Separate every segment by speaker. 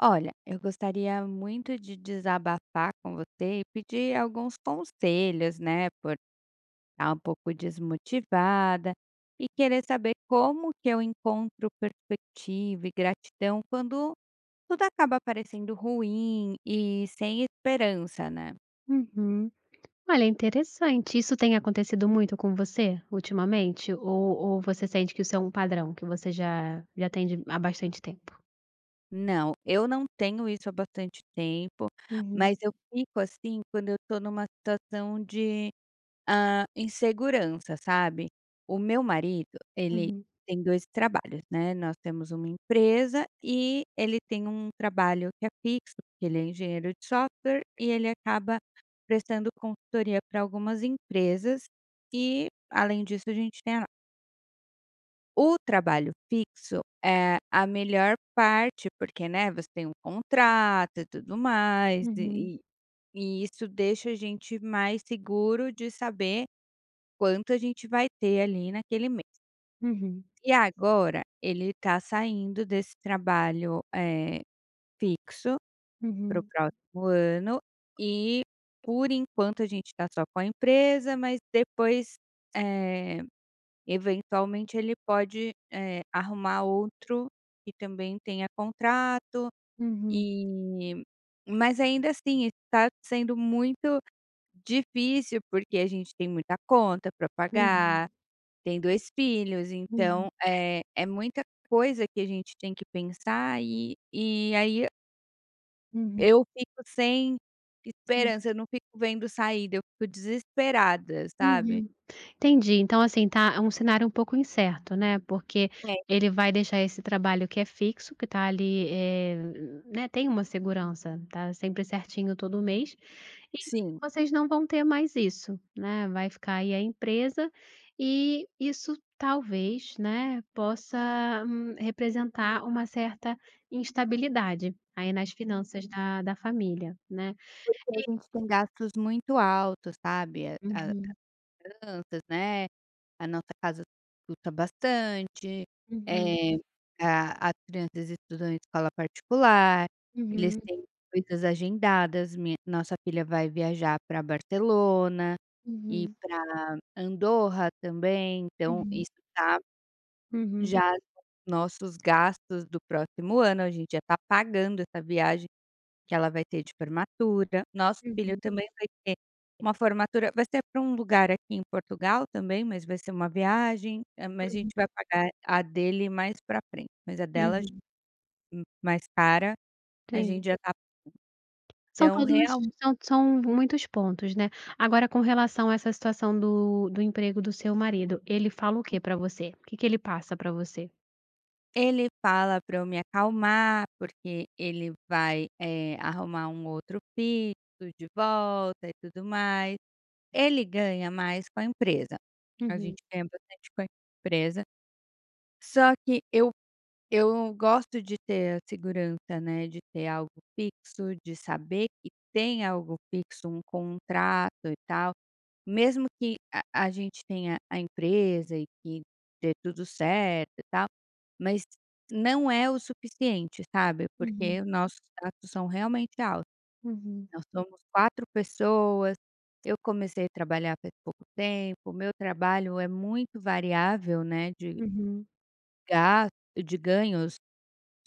Speaker 1: Olha, eu gostaria muito de desabafar com você e pedir alguns conselhos, né? Por estar um pouco desmotivada e querer saber como que eu encontro perspectiva e gratidão quando tudo acaba parecendo ruim e sem esperança, né?
Speaker 2: Uhum. Olha, interessante. Isso tem acontecido muito com você ultimamente? Ou você sente que isso é um padrão que você já tem há bastante tempo?
Speaker 1: Não, eu não tenho isso há bastante tempo, mas
Speaker 2: Uhum,
Speaker 1: eu fico assim quando eu tô numa situação. Insegurança, sabe. O meu marido, ele
Speaker 2: uhum,
Speaker 1: tem 2 trabalhos, né, nós temos uma empresa e ele tem um trabalho que é fixo, porque ele é engenheiro de software e ele acaba prestando consultoria para algumas empresas. E, além disso, a gente tem a... O trabalho fixo é a melhor parte, porque, né, você tem um contrato e tudo mais,
Speaker 2: uhum,
Speaker 1: e isso deixa a gente mais seguro de saber quanto a gente vai ter ali naquele mês.
Speaker 2: uhum,
Speaker 1: E agora ele está saindo desse trabalho, fixo, para o
Speaker 2: uhum,
Speaker 1: próximo ano, e por enquanto a gente está só com a empresa, mas depois, eh, eventualmente ele pode, arrumar outro que também tenha contrato.
Speaker 2: uhum,
Speaker 1: E mas ainda assim está sendo muito difícil, porque a gente tem muita conta para
Speaker 2: uhum,
Speaker 1: pagar. Tem 2 filhos,
Speaker 2: uhum,
Speaker 1: então, é muita coisa que a gente tem que pensar, e aí
Speaker 2: uhum,
Speaker 1: eu fico sem
Speaker 2: uhum.
Speaker 1: esperança, eu não fico vendo saída, eu fico desesperada, sabe.
Speaker 2: Uhum. Entendi. Então, assim, tá é um cenário um pouco incerto, né, porque
Speaker 1: É,
Speaker 2: ele vai deixar esse trabalho que é fixo, que tá ali, né, tem uma segurança, tá sempre certinho todo mês, e
Speaker 1: sim.
Speaker 2: vocês não vão ter mais isso, né, vai ficar aí a empresa, e isso talvez, né, possa, representar uma certa instabilidade aí nas finanças da família, né.
Speaker 1: Porque a gente tem gastos muito altos, sabe, a as
Speaker 2: Uhum,
Speaker 1: crianças, né. A nossa casa escuta bastante,
Speaker 2: uhum,
Speaker 1: eh, a as crianças estudam em escola particular, eles
Speaker 2: uhum,
Speaker 1: têm coisas agendadas, minha nossa filha vai viajar para Barcelona e
Speaker 2: uhum,
Speaker 1: para Andorra também, então
Speaker 2: uhum,
Speaker 1: isso tá
Speaker 2: uhum.
Speaker 1: já nos nossos gastos do próximo ano, a gente já tá pagando essa viagem que ela vai ter de formatura, nosso filho
Speaker 2: Uhum.
Speaker 1: também vai ter uma formatura, vai ser para um lugar aqui em Portugal também, mas vai ser uma viagem, mas a gente
Speaker 2: Uhum,
Speaker 1: vai pagar a dele mais para frente, mas a dela j...
Speaker 2: uhum.
Speaker 1: mais cara, a
Speaker 2: Sim.
Speaker 1: gente já tá...
Speaker 2: São Então
Speaker 1: então
Speaker 2: todos
Speaker 1: real...
Speaker 2: são muitos pontos, né. Agora com relação a essa situação do emprego do seu marido, ele fala o que pra você? O que que ele passa pra você?
Speaker 1: Ele fala para eu me acalmar, porque ele vai, arrumar um outro fixo de volta e tudo mais. Ele ganha mais com a empresa, a
Speaker 2: Uhum,
Speaker 1: gente ganha bastante com a empresa, só que eu... Eu gosto de ter a segurança, né, de ter algo fixo, de saber que tem algo fixo, um contrato e tal, mesmo que a gente tenha a empresa e que dê tudo certo e tal, mas não é o suficiente, sabe, porque
Speaker 2: uhum,
Speaker 1: nossos gastos são realmente altos.
Speaker 2: uhum,
Speaker 1: Nós somos 4 pessoas, eu comecei a trabalhar faz pouco tempo, meu trabalho é muito variável, né, de
Speaker 2: uhum,
Speaker 1: gastos, de ganhos,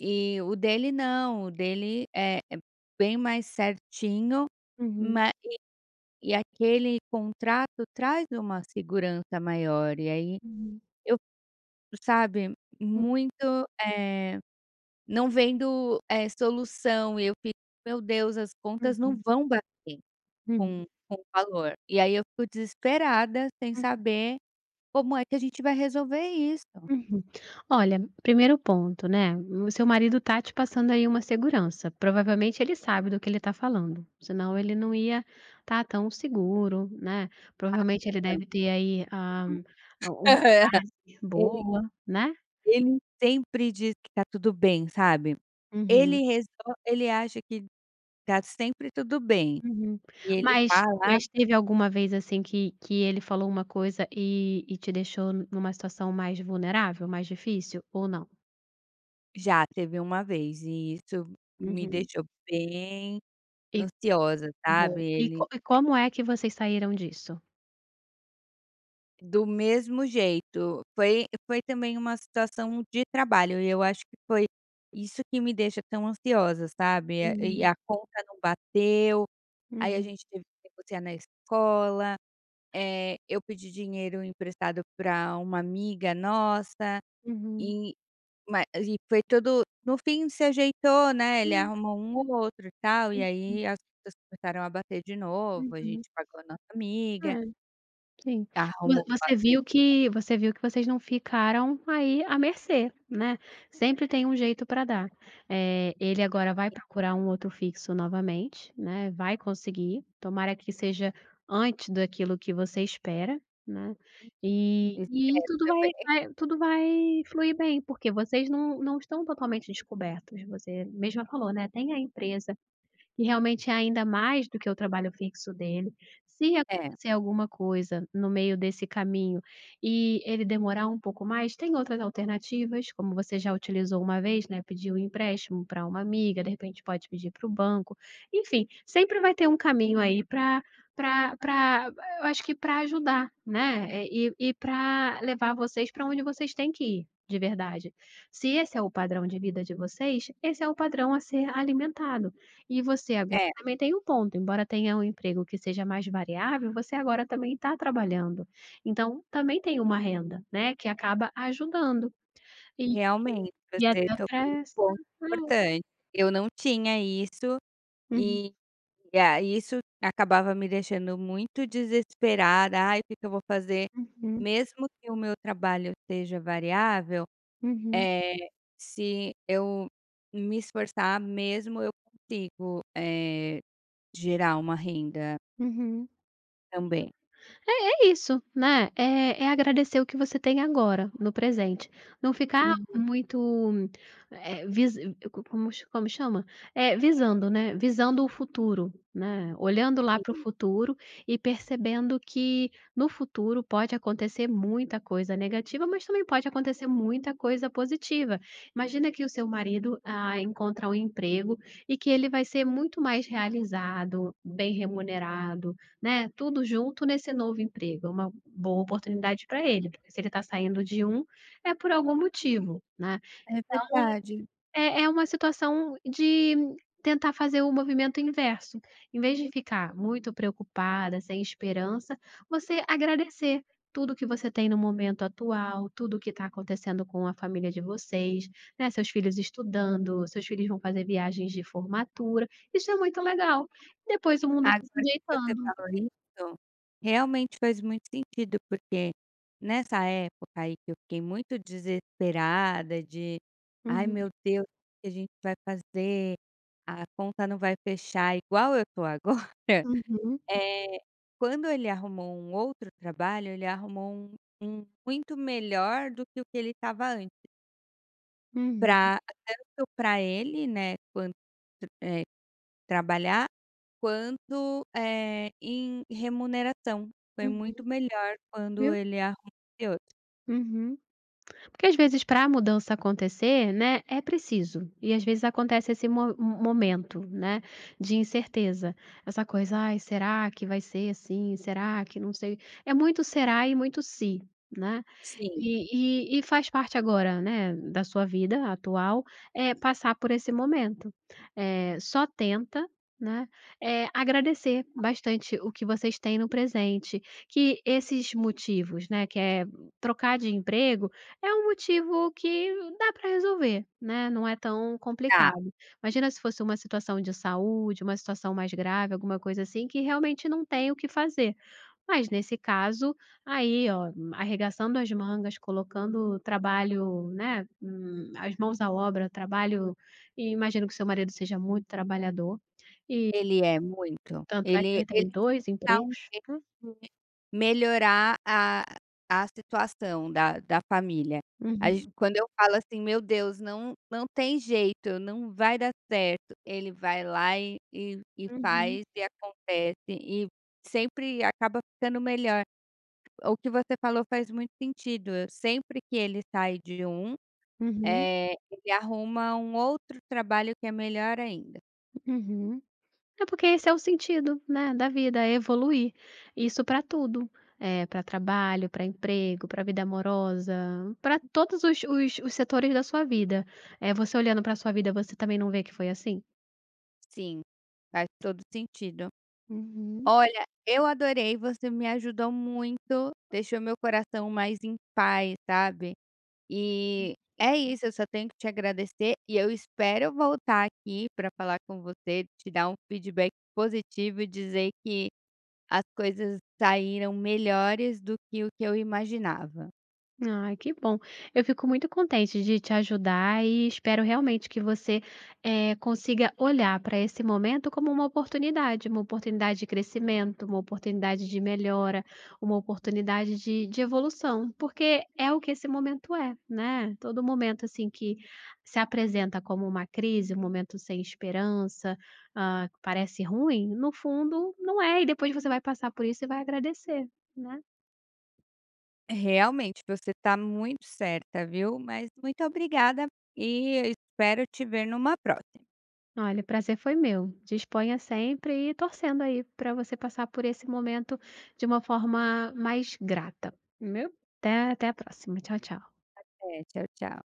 Speaker 1: e o dele não, o dele é bem mais certinho,
Speaker 2: uhum,
Speaker 1: ma... e aquele contrato traz uma segurança maior, e aí
Speaker 2: uhum,
Speaker 1: eu, sabe,
Speaker 2: uhum,
Speaker 1: muito, eh, não vendo, solução, e eu fico: "Meu Deus, as contas
Speaker 2: uhum,
Speaker 1: não vão bater
Speaker 2: uhum.
Speaker 1: com o valor". E aí eu fico desesperada sem
Speaker 2: Uhum.
Speaker 1: saber como é que a gente vai resolver isso.
Speaker 2: Uhum. Olha, primeiro ponto, né, o seu marido tá te passando aí uma segurança, provavelmente ele sabe do que ele tá falando, senão ele não ia estar tão seguro, né, provavelmente ele
Speaker 1: Não,
Speaker 2: deve ter aí, uma
Speaker 1: aham.
Speaker 2: base
Speaker 1: Ele...
Speaker 2: boa, né.
Speaker 1: ele sempre diz que tá tudo bem, sabe? Ele
Speaker 2: Uhum,
Speaker 1: resol... ele acha que tá sempre tudo bem,
Speaker 2: uhum.
Speaker 1: e ele
Speaker 2: Mas
Speaker 1: fala...
Speaker 2: mas teve alguma vez, assim, que ele falou uma coisa e te deixou numa situação mais vulnerável, mais difícil, ou não?
Speaker 1: Já teve uma vez e isso me
Speaker 2: Uhum.
Speaker 1: deixou bem
Speaker 2: E
Speaker 1: ansiosa,
Speaker 2: boa.
Speaker 1: sabe,
Speaker 2: E co
Speaker 1: ele
Speaker 2: e como é que vocês saíram disso?
Speaker 1: do mesmo jeito, foi também uma situação de trabalho, e eu acho que foi isso que me deixa tão ansiosa, sabe, e
Speaker 2: Uhum.
Speaker 1: a conta não bateu, aí a
Speaker 2: Uhum,
Speaker 1: gente teve que negociar na escola, eu pedi dinheiro emprestado pra uma amiga nossa,
Speaker 2: uhum.
Speaker 1: e mas e foi tudo, no fim se ajeitou, né,
Speaker 2: É,
Speaker 1: ele arrumou um ou outro e tal, e
Speaker 2: uhum,
Speaker 1: aí as contas começaram a bater de novo, a
Speaker 2: uhum.
Speaker 1: gente pagou a nossa amiga,
Speaker 2: É, sim. Vo
Speaker 1: arrumou pastas
Speaker 2: você viu que vocês não ficaram aí à mercê, né, sempre tem um jeito pra dar. Ele agora vai procurar um outro fixo novamente, né, vai conseguir, tomara que seja antes daquilo que você espera, né, e
Speaker 1: externas
Speaker 2: tudo vai
Speaker 1: também.
Speaker 2: vai tudo vai fluir bem, porque vocês não estão totalmente descobertos, você mesma falou, né, tem a empresa que realmente é ainda mais do que o trabalho fixo dele. Se
Speaker 1: É,
Speaker 2: acontecer alguma coisa no meio desse caminho e ele demorar um pouco mais, tem outras alternativas, como você já utilizou uma vez, né, pediu um empréstimo para uma amiga, de repente pode pedir para o banco. Enfim, sempre vai ter um caminho aí para, eu acho que para ajudar, né, e para levar vocês para onde vocês têm que ir, de verdade. Se esse é o padrão de vida de vocês, esse é o padrão a ser alimentado. E você agora
Speaker 1: é,
Speaker 2: também tem um ponto, embora tenha um emprego que seja mais variável, você agora também está trabalhando. Então, também tem uma renda, né, que acaba ajudando. E
Speaker 1: realmente,
Speaker 2: e
Speaker 1: você
Speaker 2: até para
Speaker 1: tocou num
Speaker 2: essa
Speaker 1: ponto
Speaker 2: é.
Speaker 1: importante. Eu não tinha isso,
Speaker 2: Uhum,
Speaker 1: e a isso acabava me deixando muito desesperada, "Ai, o que que eu vou fazer?".
Speaker 2: uhum,
Speaker 1: Mesmo que o meu trabalho seja variável...
Speaker 2: uhum,
Speaker 1: Eh, se eu me esforçar mesmo, eu consigo, gerar uma renda
Speaker 2: uhum.
Speaker 1: também.
Speaker 2: É isso, né, é agradecer o que você tem agora, no presente. Não ficar
Speaker 1: Uhum.
Speaker 2: muito, eh, vis co como ch- como chama? Visando, né, visando o futuro, né, olhando lá para o futuro e percebendo que no futuro pode acontecer muita coisa negativa, mas também pode acontecer muita coisa positiva. Imagina que o seu marido, encontra um emprego e que ele vai ser muito mais realizado, bem remunerado, né, tudo junto nesse novo emprego, é uma boa oportunidade para ele, porque se ele está saindo de um, é por algum motivo, né.
Speaker 1: É verdade.
Speaker 2: É uma situação de tentar fazer o movimento inverso, em vez de ficar muito preocupada, sem esperança, você agradecer tudo que você tem no momento atual, tudo o que está acontecendo com a família de vocês, né, seus filhos estudando, seus filhos vão fazer viagens de formatura, isso é muito legal. Depois o mundo vai se
Speaker 1: Agora que você
Speaker 2: ajeitando.
Speaker 1: falou isso, realmente faz muito sentido, porque nessa época aí que eu fiquei muito desesperada de: "Ai
Speaker 2: Uhum.
Speaker 1: meu Deus, o que que a gente vai fazer? A conta não vai fechar", igual eu tô agora.
Speaker 2: Uhum.
Speaker 1: Eh, Quando ele arrumou um outro trabalho, ele arrumou um muito melhor do que o que ele estava antes,
Speaker 2: Uhum,
Speaker 1: pra... tanto para ele, né, quanto, eh, trabalhar, quanto, em remuneração. Foi muito
Speaker 2: uhum,
Speaker 1: melhor quando
Speaker 2: viu?
Speaker 1: ele arrumou esse outro.
Speaker 2: Uhum. Porque às vezes para a mudança acontecer, né, é preciso. E às vezes acontece esse mo mo momento, né, de incerteza. Essa coisa: "Ai, será que vai ser assim? Será que não sei". É muito será e muito se, né.
Speaker 1: Sim,
Speaker 2: E faz parte agora, né, da sua vida atual, é passar por esse momento. Só tenta, né, agradecer bastante o que vocês têm no presente, que esses motivos, né, que é trocar de emprego é um motivo que dá para resolver, né, não é tão
Speaker 1: tá,
Speaker 2: complicado. Imagina se fosse uma situação de saúde, uma situação mais grave, alguma coisa assim, que realmente não tem o que fazer. Mas nesse caso, aí, ó, arregaçando as mangas, colocando o trabalho, né, as mãos à obra, trabalho e imagino que seu marido seja muito trabalhador,
Speaker 1: ele é muito.
Speaker 2: tanto é que
Speaker 1: Ele...
Speaker 2: ele
Speaker 1: ele
Speaker 2: tem
Speaker 1: tem que
Speaker 2: dois
Speaker 1: dar um
Speaker 2: empregos.
Speaker 1: jeito.
Speaker 2: Hum.
Speaker 1: Melhorar a situação da família. A gen...
Speaker 2: Uhum,
Speaker 1: quando eu falo assim: "Meu Deus, não, não tem jeito, não vai dar certo", ele vai lá e e
Speaker 2: uhum,
Speaker 1: faz e acontece e sempre acaba ficando melhor. O que você falou faz muito sentido, eu sempre que ele sai de um,
Speaker 2: uhum,
Speaker 1: ele arruma um outro trabalho que é melhor ainda.
Speaker 2: uhum. É porque esse é o sentido, né, da vida, é evoluir. Isso para tudo, pra trabalho, para emprego, para vida amorosa, para todos os setores da sua vida. Você olhando pra sua vida, você também não vê que foi assim?
Speaker 1: Sim, faz todo sentido.
Speaker 2: Uhum.
Speaker 1: Olha, eu adorei, você me ajudou muito, deixou meu coração mais em paz, sabe. E é isso, eu só tenho que te agradecer, e eu espero voltar aqui para falar com você, te dar um feedback positivo e dizer que as coisas saíram melhores do que o que eu imaginava.
Speaker 2: Ai, que bom. Eu fico muito contente de te ajudar e espero realmente que você, consiga olhar para esse momento como uma oportunidade de crescimento, uma oportunidade de melhora, uma oportunidade de evolução, porque é o que esse momento é, né? Todo momento assim que se apresenta como uma crise, um momento sem esperança, que parece ruim, no fundo não é, e depois você vai passar por isso e vai agradecer, né?
Speaker 1: Realmente, você está muito certa, viu. Mas muito obrigada, e eu espero te ver numa próxima.
Speaker 2: Olha, o prazer foi meu. Disponha sempre e torcendo aí para você passar por esse momento de uma forma mais grata. Meu Até, até a próxima. Tchau, tchau.
Speaker 1: É, tchau, tchau.